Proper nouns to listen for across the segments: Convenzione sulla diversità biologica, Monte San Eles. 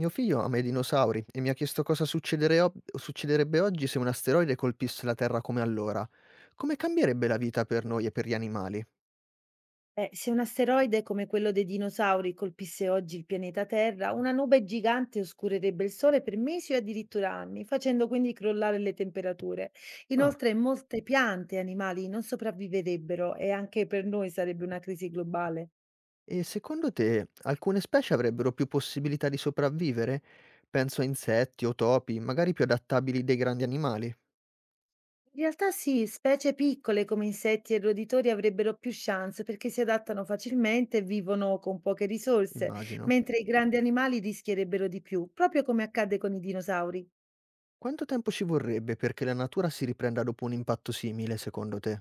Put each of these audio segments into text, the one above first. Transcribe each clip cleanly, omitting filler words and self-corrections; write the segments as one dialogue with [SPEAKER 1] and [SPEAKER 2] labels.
[SPEAKER 1] Mio figlio ama i dinosauri e mi ha chiesto cosa succederebbe oggi se un asteroide colpisse la Terra come allora. Come cambierebbe la vita per noi e per gli animali?
[SPEAKER 2] Se un asteroide come quello dei dinosauri colpisse oggi il pianeta Terra, una nube gigante oscurerebbe il Sole per mesi o addirittura anni, facendo quindi crollare le temperature.
[SPEAKER 1] Ah,
[SPEAKER 2] Inoltre, molte piante e animali non sopravviverebbero e anche per noi sarebbe una crisi globale.
[SPEAKER 1] e secondo te alcune specie avrebbero più possibilità di sopravvivere? Penso a insetti o topi, magari più adattabili dei grandi animali,
[SPEAKER 2] In realtà sì, specie piccole come insetti e roditori avrebbero più chance perché si adattano facilmente e vivono con poche risorse,
[SPEAKER 1] immagino.
[SPEAKER 2] mentre i grandi animali rischierebbero di più, proprio come accade con i dinosauri.
[SPEAKER 1] Quanto tempo ci vorrebbe perché la natura si riprenda dopo un impatto simile, secondo te?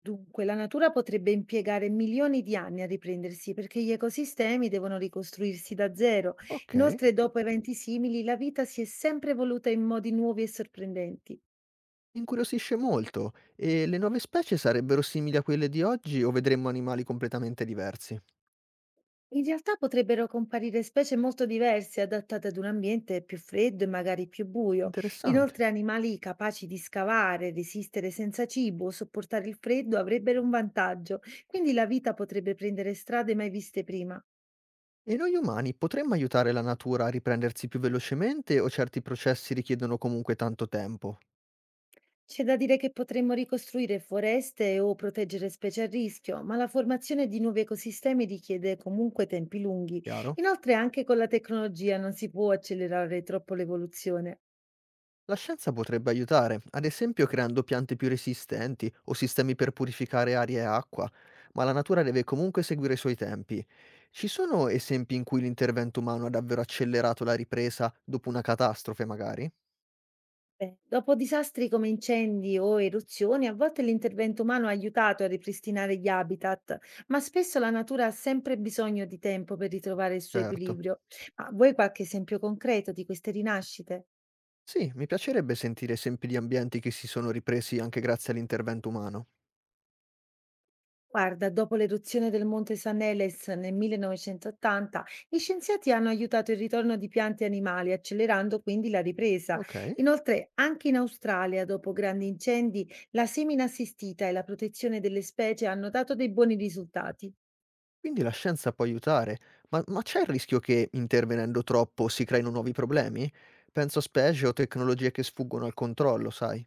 [SPEAKER 2] Dunque, la natura potrebbe impiegare milioni di anni a riprendersi perché gli ecosistemi devono ricostruirsi da zero.
[SPEAKER 1] Ok.
[SPEAKER 2] Inoltre, dopo eventi simili, la vita si è sempre evoluta in modi nuovi e sorprendenti.
[SPEAKER 1] Incuriosisce molto. E le nuove specie sarebbero simili a quelle di oggi o vedremmo animali completamente diversi?
[SPEAKER 2] In realtà potrebbero comparire specie molto diverse, adattate ad un ambiente più freddo e magari più buio.
[SPEAKER 1] Interessante.
[SPEAKER 2] Inoltre, animali capaci di scavare, resistere senza cibo o sopportare il freddo avrebbero un vantaggio, quindi la vita potrebbe prendere strade mai viste prima.
[SPEAKER 1] E noi umani potremmo aiutare la natura a riprendersi più velocemente o certi processi richiedono comunque tanto tempo?
[SPEAKER 2] C'è da dire che potremmo ricostruire foreste o proteggere specie a rischio, ma la formazione di nuovi ecosistemi richiede comunque tempi lunghi.
[SPEAKER 1] Chiaro?
[SPEAKER 2] Inoltre, anche con la tecnologia non si può accelerare troppo l'evoluzione.
[SPEAKER 1] La scienza potrebbe aiutare, ad esempio creando piante più resistenti o sistemi per purificare aria e acqua, ma la natura deve comunque seguire i suoi tempi. Ci sono esempi in cui l'intervento umano ha davvero accelerato la ripresa dopo una catastrofe, magari?
[SPEAKER 2] Beh, dopo disastri come incendi o eruzioni, a volte l'intervento umano ha aiutato a ripristinare gli habitat, ma spesso la natura ha sempre bisogno di tempo per ritrovare il suo
[SPEAKER 1] Certo.
[SPEAKER 2] equilibrio. Ma vuoi qualche esempio concreto di queste rinascite?
[SPEAKER 1] Sì, mi piacerebbe sentire esempi di ambienti che si sono ripresi anche grazie all'intervento umano.
[SPEAKER 2] Guarda, dopo l'eruzione del Monte San Eles nel 1980, gli scienziati hanno aiutato il ritorno di piante e animali, accelerando quindi la ripresa.
[SPEAKER 1] Ok,
[SPEAKER 2] Inoltre, anche in Australia, dopo grandi incendi, la semina assistita e la protezione delle specie hanno dato dei buoni risultati.
[SPEAKER 1] quindi la scienza può aiutare, ma c'è il rischio che intervenendo troppo si creino nuovi problemi? Penso a specie o tecnologie che sfuggono al controllo, sai?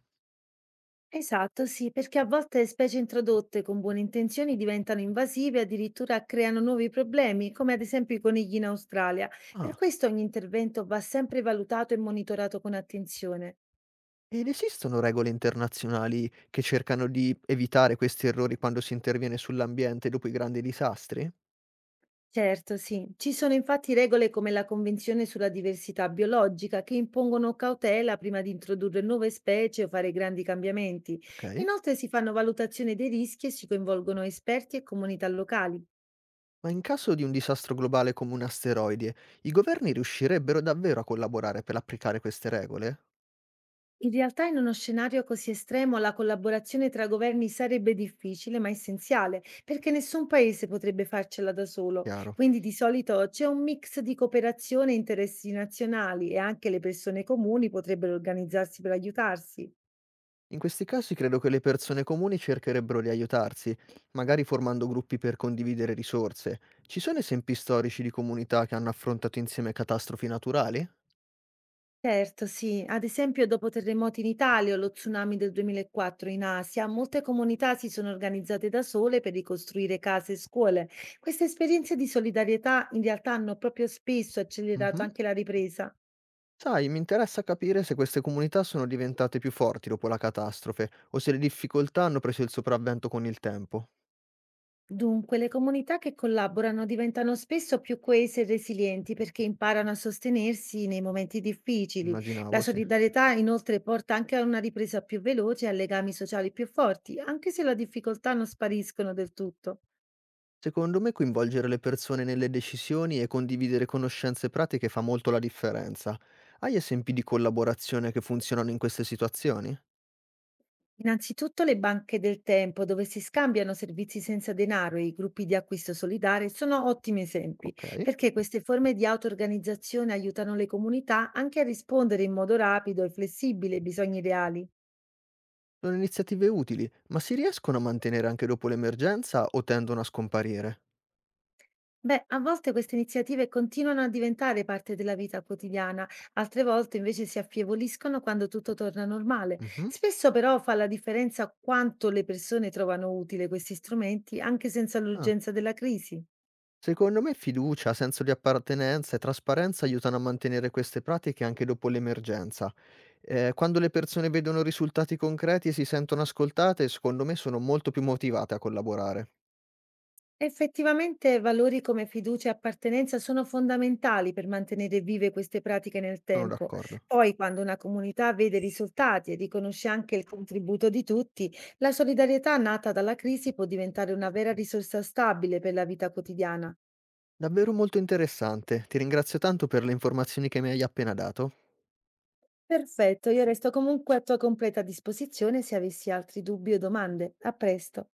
[SPEAKER 2] Esatto, sì, perché a volte specie introdotte con buone intenzioni diventano invasive e addirittura creano nuovi problemi, come ad esempio i conigli in Australia. Per
[SPEAKER 1] Ah,
[SPEAKER 2] questo ogni intervento va sempre valutato e monitorato con attenzione.
[SPEAKER 1] ed esistono regole internazionali che cercano di evitare questi errori quando si interviene sull'ambiente dopo i grandi disastri?
[SPEAKER 2] Certo, sì. Ci sono infatti regole come la Convenzione sulla diversità biologica che impongono cautela prima di introdurre nuove specie o fare grandi cambiamenti.
[SPEAKER 1] Ok.
[SPEAKER 2] Inoltre si fanno valutazioni dei rischi e si coinvolgono esperti e comunità locali.
[SPEAKER 1] Ma in caso di un disastro globale come un asteroide, i governi riuscirebbero davvero a collaborare per applicare queste regole?
[SPEAKER 2] In realtà, in uno scenario così estremo, la collaborazione tra governi sarebbe difficile, ma essenziale, perché nessun paese potrebbe farcela da solo.
[SPEAKER 1] Chiaro.
[SPEAKER 2] Quindi di solito c'è un mix di cooperazione e interessi nazionali e anche le persone comuni potrebbero organizzarsi per aiutarsi.
[SPEAKER 1] In questi casi credo che le persone comuni cercherebbero di aiutarsi, magari formando gruppi per condividere risorse. Ci sono esempi storici di comunità che hanno affrontato insieme catastrofi naturali?
[SPEAKER 2] Certo, sì. Ad esempio, dopo terremoti in Italia o lo tsunami del 2004 in Asia, molte comunità si sono organizzate da sole per ricostruire case e scuole. Queste esperienze di solidarietà in realtà hanno proprio spesso accelerato
[SPEAKER 1] Mhm.
[SPEAKER 2] anche la ripresa.
[SPEAKER 1] Sai, mi interessa capire se queste comunità sono diventate più forti dopo la catastrofe o se le difficoltà hanno preso il sopravvento con il tempo.
[SPEAKER 2] Dunque, le comunità che collaborano diventano spesso più coese e resilienti perché imparano a sostenersi nei momenti difficili. La
[SPEAKER 1] Immaginavo, sì.
[SPEAKER 2] solidarietà inoltre porta anche a una ripresa più veloce e a legami sociali più forti, anche se le difficoltà non spariscono del tutto.
[SPEAKER 1] Secondo me coinvolgere le persone nelle decisioni e condividere conoscenze pratiche fa molto la differenza. Hai esempi di collaborazione che funzionano in queste situazioni?
[SPEAKER 2] Innanzitutto le banche del tempo, dove si scambiano servizi senza denaro e i gruppi di acquisto solidale, sono ottimi esempi,
[SPEAKER 1] Okay.
[SPEAKER 2] perché queste forme di auto-organizzazione aiutano le comunità anche a rispondere in modo rapido e flessibile ai bisogni reali.
[SPEAKER 1] Sono iniziative utili, ma si riescono a mantenere anche dopo l'emergenza o tendono a scomparire?
[SPEAKER 2] Beh, a volte queste iniziative continuano a diventare parte della vita quotidiana, altre volte invece si affievoliscono quando tutto torna normale.
[SPEAKER 1] Mh-mh.
[SPEAKER 2] Spesso però fa la differenza quanto le persone trovano utile questi strumenti anche senza
[SPEAKER 1] Ah.
[SPEAKER 2] l'urgenza della crisi.
[SPEAKER 1] Secondo me fiducia, senso di appartenenza e trasparenza aiutano a mantenere queste pratiche anche dopo l'emergenza. Quando le persone vedono risultati concreti e si sentono ascoltate, secondo me sono molto più motivate a collaborare.
[SPEAKER 2] Effettivamente valori come fiducia e appartenenza sono fondamentali per mantenere vive queste pratiche nel
[SPEAKER 1] Sono
[SPEAKER 2] tempo.
[SPEAKER 1] d'accordo.
[SPEAKER 2] Poi, quando una comunità vede risultati e riconosce anche il contributo di tutti, la solidarietà nata dalla crisi può diventare una vera risorsa stabile per la vita quotidiana.
[SPEAKER 1] Davvero molto interessante. Ti ringrazio tanto per le informazioni che mi hai appena dato.
[SPEAKER 2] Perfetto, io resto comunque a tua completa disposizione se avessi altri dubbi o domande. A presto.